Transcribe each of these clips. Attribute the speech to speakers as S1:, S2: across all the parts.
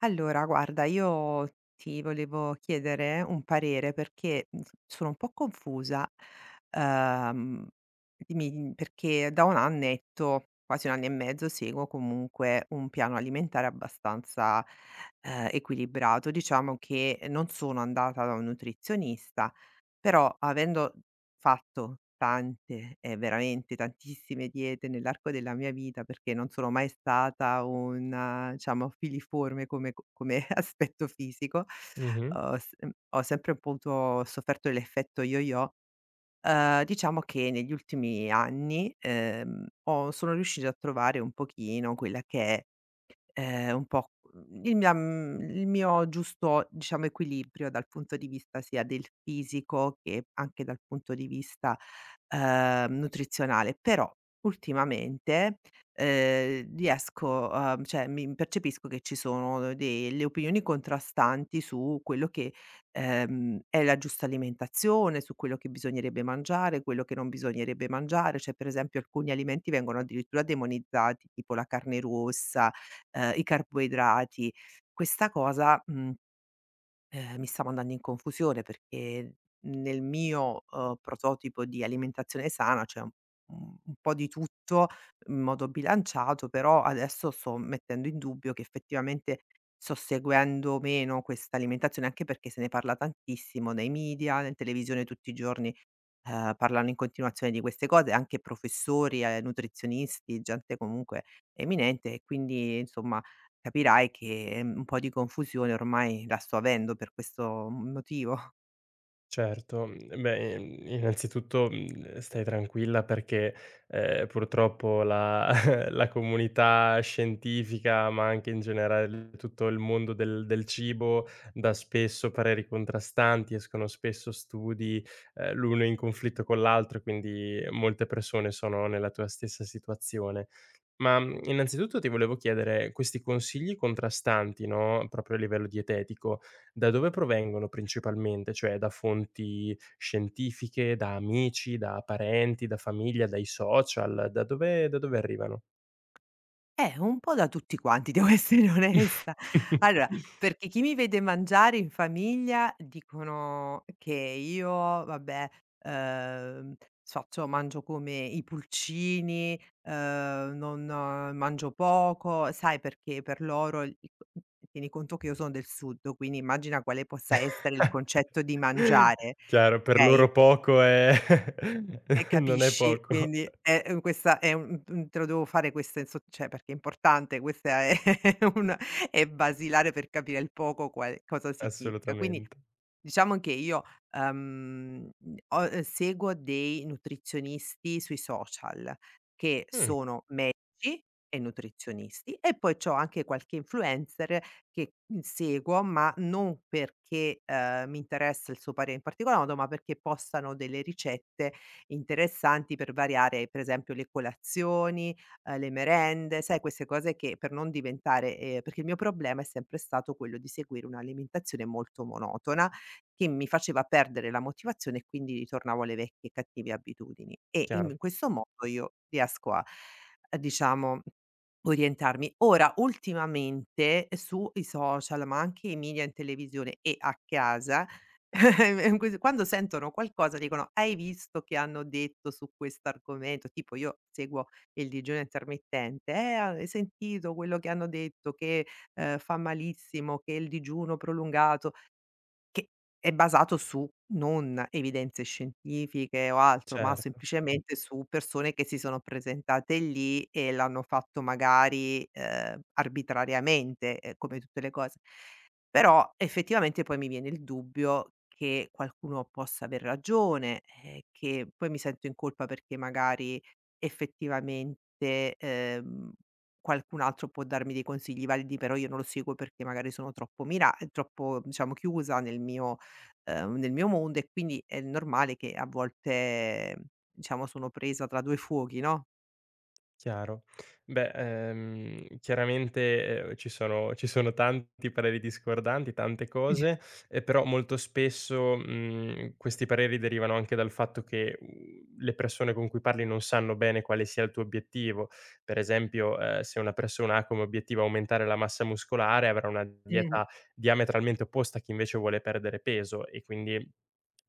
S1: Allora, guarda, io ti volevo chiedere un parere perché s sono un po' confusa. uhm, Dimmi perché da un annetto, quasi 1 anno e mezzo, seguo comunque un piano alimentare abbastanza, equilibrato. Diciamo che non sono andata da un nutrizionista, però avendo fatto tante e veramente tantissime diete nell'arco della mia vita, perché non sono mai stata una, diciamo, filiforme come aspetto fisico,
S2: Mh-mh.
S1: ho sempre un po' avuto sofferto l'effetto yo-yo. Diciamo che negli ultimi anni, ho sono riuscita a trovare un pochino quella che è un po' il mio giusto, diciamo, equilibrio dal punto di vista sia del fisico che anche dal punto di vista, nutrizionale. Però ultimamente, riesco a cioè mi percepisco che ci sono delle opinioni contrastanti su quello che, è la giusta alimentazione, su quello che bisognerebbe mangiare, quello che non bisognerebbe mangiare. Cioè, per esempio, alcuni alimenti vengono addirittura demonizzati, tipo la carne rossa, i carboidrati. Questa cosa, mi sta mandando in confusione perché nel mio, prototipo di alimentazione sana c'è un un po' di tutto in modo bilanciato, però adesso sto mettendo in dubbio che effettivamente sto seguendo o meno questa alimentazione, anche perché se ne parla tantissimo nei media, in televisione tutti i giorni. Parlano in continuazione di queste cose anche professori, nutrizionisti, gente comunque eminente e quindi insomma capirai che, un po' di confusione ormai la sto avendo per questo m motivo.
S2: Certo, beh, innanzitutto, stai tranquilla perché, purtroppo la la comunità scientifica, ma anche in generale tutto il mondo del cibo, dà spesso pareri contrastanti, escono spesso studi, l'uno in conflitto con l'altro, quindi molte persone sono nella tua stessa situazione. Ma, innanzitutto ti volevo chiedere, questi consigli contrastanti, no, proprio a livello dietetico, da dove provengono principalmente? Cioè da fonti scientifiche, da amici, da parenti, da famiglia, dai social? Da dove arrivano?
S1: Un po' da tutti quanti, devo essere onesta. Allora, perché chi mi vede mangiare in famiglia dicono che io, vabbè, ehm, faccio mangio come i pulcini, non mangio poco, sai perché per loro il tieni conto che io sono del sud, quindi immagina quale possa essere il concetto di mangiare,
S2: Chiaro, per
S1: okay?
S2: loro poco è
S1: E
S2: non è
S1: capisci,
S2: poco.
S1: quindi è questa è un te lo devo fare questa in so cioè perché è importante, questa è una è basilare per capire il poco qual cosa significa. Quindi
S2: Assolutamente.
S1: diciamo che io, mhmm, ho seguo dei nutrizionisti sui social che
S2: Mh,
S1: sono medici e nutrizionisti e poi c'ho anche qualche influencer che, seguo, ma non perché, mi interessa il suo parere in particolar modo, ma perché postano delle ricette interessanti per variare, per esempio, le colazioni, le merende, sai queste cose che per non diventare perché il mio problema è sempre stato quello di seguire un'alimentazione molto monotona che mi faceva perdere la motivazione e quindi ritornavo alle vecchie cattive abitudini. E in
S2: chiaro,
S1: questo modo io riesco a a diciamo orientarmi. Ora ultimamente sui social, ma anche i media in televisione e a casa, que quando sentono qualcosa dicono: "Hai visto che hanno detto su quest'argomento?" Tipo io seguo il digiuno intermittente: hai sentito quello che hanno detto che, fa malissimo, che il digiuno prolungato" che è basato su non evidenze scientifiche o altro, ma
S2: certo.
S1: semplicemente su persone che si sono presentate lì e l'hanno fatto magari, arbitrariamente, come tutte le cose. Però effettivamente poi mi viene il dubbio che qualcuno possa aver ragione, che poi mi sento in colpa perché magari effettivamente, qualcun altro può darmi dei consigli validi, però io non lo seguo perché magari sono troppo diciamo chiusa nel mio, nel mio mondo e quindi è normale che a volte, diciamo, sono presa tra 2 fuochi, no?
S2: Chiaro. Beh, chiaramente, ci sono tanti pareri discordanti, tante cose, però molto spesso, questi pareri derivano anche dal fatto che, le persone con cui parli non sanno bene quale sia il tuo obiettivo. Per esempio, se una persona ha come obiettivo aumentare la massa muscolare, avrà una
S1: Mh-mh.
S2: dieta diametralmente opposta a chi invece vuole perdere peso, e quindi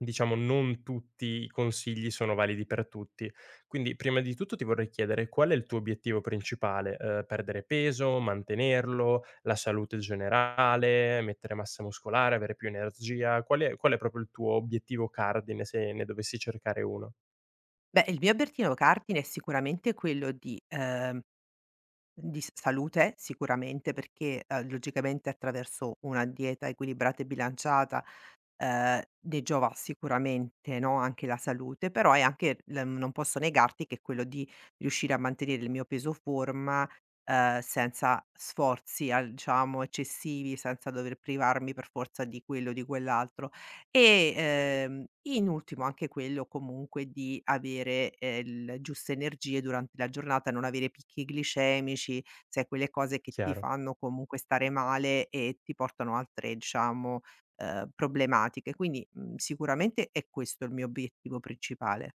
S2: diciamo non tutti i consigli sono validi per tutti. Quindi prima di tutto ti vorrei chiedere: qual è il tuo obiettivo principale? Perdere peso, mantenerlo, la salute generale, mettere massa muscolare, avere più energia? Qual è proprio il tuo obiettivo cardine, se ne dovessi cercare uno?
S1: Beh, il mio obiettivo cardine è sicuramente quello di s salute sicuramente perché, logicamente attraverso una dieta equilibrata e bilanciata, ne giova sicuramente, no, anche la salute, però è anche l non posso negarti che quello di riuscire a mantenere il mio peso forma, senza sforzi al diciamo eccessivi, senza dover privarmi per forza di quello o di quell'altro. E, in ultimo anche quello comunque di avere, l giuste energie durante la giornata, non avere picchi glicemici, sai quelle cose che ti
S2: Chiaro.
S1: fanno comunque stare male e ti portano altre diciamo, problematiche. Quindi, sicuramente è questo il mio obiettivo principale.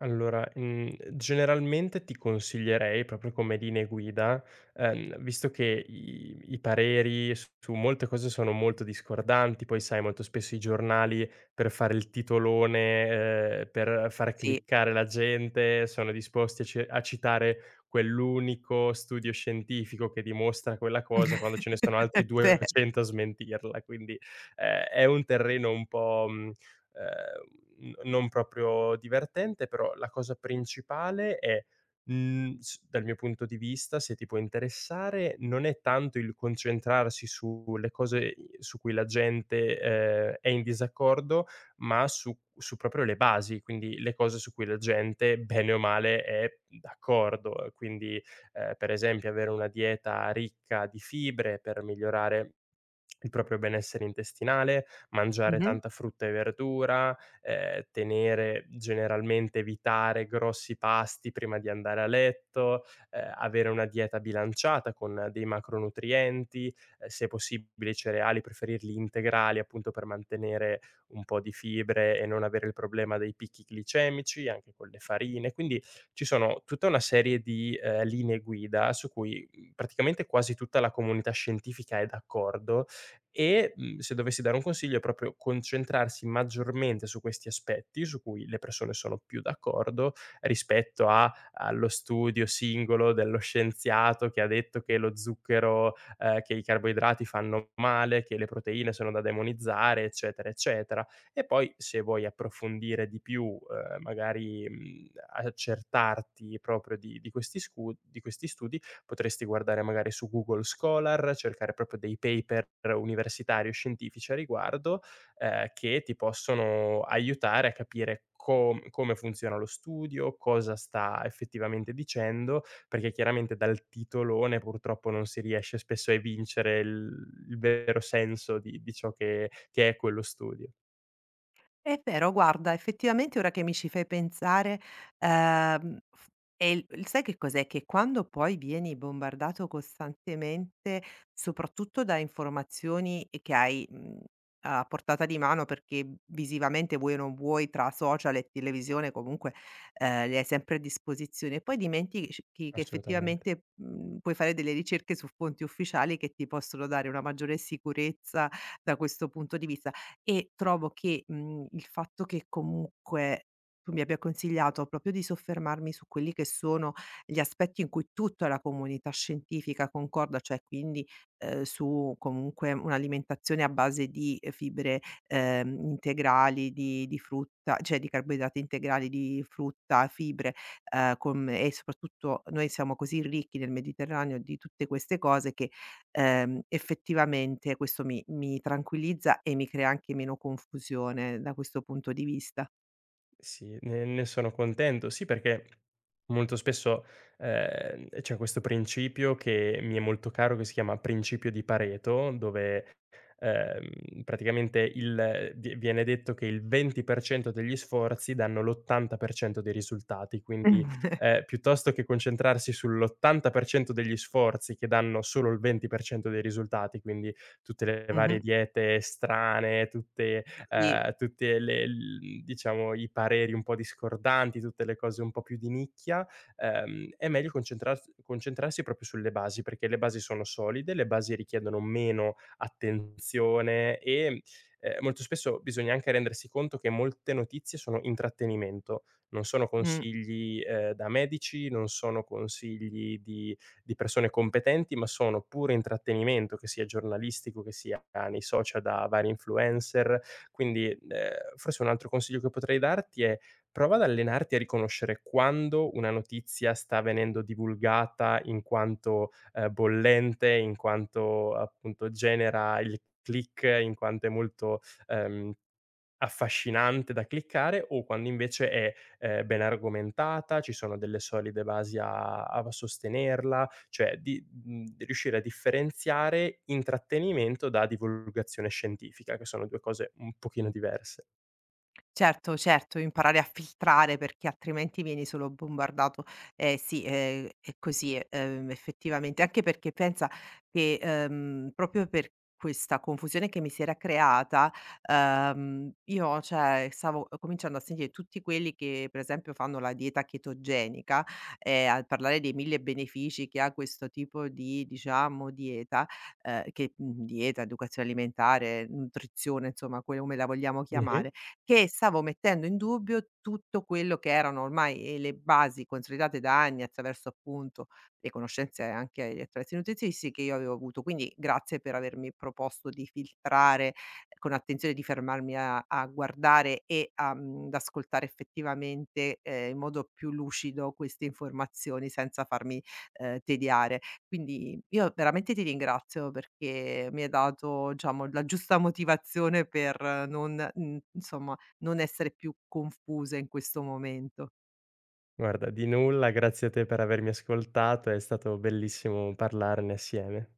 S2: Allora, generalmente ti consiglierei, proprio come linee guida, visto che i pareri s su molte cose sono molto discordanti, poi sai molto spesso i giornali, per fare il titolone, per far
S1: Sì.
S2: cliccare la gente, sono disposti a citare quell'unico studio scientifico che dimostra quella cosa, quando ce ne sono
S1: È
S2: altri
S1: vero.
S2: 200 a smentirla. Quindi, è un terreno un po' mhmm n non proprio divertente, però la cosa principale è, mhmm, s dal mio punto di vista, se ti può interessare, non è tanto il concentrarsi sulle cose i su cui la gente, è in disaccordo, ma su proprio le basi, quindi le cose su cui la gente, bene o male, è d'accordo. Quindi, per esempio, avere una dieta ricca di fibre per migliorare il proprio benessere intestinale, mangiare
S1: Mh-mh.
S2: tanta frutta e verdura, tenere generalmente, evitare grossi pasti prima di andare a letto, avere una dieta bilanciata con dei macronutrienti, se possibile i cereali preferirli integrali, appunto per mantenere un po' di fibre e non avere il problema dei picchi glicemici, anche con le farine. Quindi ci sono tutta una serie di, linee guida su cui, praticamente quasi tutta la comunità scientifica è d'accordo, e, se dovessi dare un consiglio, è proprio concentrarsi maggiormente su questi aspetti, su cui le persone sono più d'accordo, rispetto a allo studio singolo dello scienziato che ha detto che lo zucchero, che i carboidrati fanno male, che le proteine sono da demonizzare, eccetera, eccetera. E poi, se vuoi approfondire di più, magari, accertarti proprio di questi studi, potresti guardare magari su Google Scholar, cercare proprio dei paper universitari o scientifici a riguardo, che ti possono aiutare a capire come funziona lo studio, cosa sta effettivamente dicendo, perché chiaramente dal titolone purtroppo non si riesce spesso a evincere il vero senso di ciò che è quello studio.
S1: È vero, guarda, effettivamente ora che mi ci fai pensare, f e il sai che cos'è, che quando poi vieni bombardato costantemente, soprattutto da informazioni e che hai, a portata di mano perché visivamente vuoi o non vuoi tra social e televisione comunque, le hai sempre a disposizione, poi dimentici chi che
S2: Assolutamente.
S1: effettivamente, puoi fare delle ricerche su fonti ufficiali che ti possono dare una maggiore sicurezza da questo punto di vista. E trovo che, il fatto che comunque tu mi abbia consigliato proprio di soffermarmi su quelli che sono gli aspetti in cui tutta la comunità scientifica concorda, cioè quindi, su comunque un'alimentazione a base di, fibre, integrali, di carboidrati integrali, di frutta, fibre, con e soprattutto noi siamo così ricchi nel Mediterraneo di tutte queste cose che effettivamente questo mi tranquillizza e mi crea anche meno confusione da questo punto di vista.
S2: Sì, ne sono contento. Sì, perché molto spesso, c'è questo principio che mi è molto caro, che si chiama principio di Pareto, dove, praticamente il viene detto che il 20% degli sforzi danno l'80% dei risultati. Quindi, piuttosto che concentrarsi sull'80% degli sforzi che danno solo il 20% dei risultati, quindi tutte le
S1: Mh-mh.
S2: varie diete strane, tutte
S1: Sì,
S2: tutte le l diciamo i pareri un po' discordanti, tutte le cose un po' più di nicchia, è meglio concentrarsi proprio sulle basi, perché le basi sono solide, le basi richiedono meno attenzione, e, molto spesso bisogna anche rendersi conto che molte notizie sono intrattenimento, non sono
S1: mh.
S2: consigli, da medici, non sono consigli di persone competenti, ma sono pure intrattenimento, che sia giornalistico, che sia nei social da vari influencer. Quindi, forse un altro consiglio che potrei darti è: prova ad allenarti a riconoscere quando una notizia sta venendo divulgata in quanto, bollente, in quanto appunto genera il click, in quanto è molto, ehm affascinante da cliccare, o quando invece è, ben argomentata, ci sono delle solide basi a sostenerla, cioè di riuscire a differenziare intrattenimento da divulgazione scientifica, che sono 2 cose un pochino diverse.
S1: Certo, certo, imparare a filtrare perché altrimenti vieni solo bombardato. Eh sì, è così, effettivamente. Anche perché pensa che, proprio per questa confusione che mi si era creata, io cioè stavo cominciando a sentire tutti quelli che per esempio fanno la dieta chetogenica, a parlare dei 1000 benefici che ha questo tipo di, diciamo, dieta, dieta, educazione alimentare, nutrizione, insomma, come la vogliamo
S2: Mh-mh.
S1: chiamare che stavo mettendo in dubbio tutto quello che erano ormai, le basi consolidate da anni attraverso appunto le conoscenze anche attraverso i nutrizionisti che io avevo avuto. Quindi grazie per avermi proposto di filtrare con attenzione, di fermarmi a a guardare e ad ascoltare effettivamente, in modo più lucido queste informazioni senza farmi, tediare. Quindi io veramente ti ringrazio perché mi hai dato, diciamo, la giusta motivazione per non, insomma, non essere più confusa in questo momento.
S2: Guarda, di nulla, grazie a te per avermi ascoltato, è stato bellissimo parlarne assieme.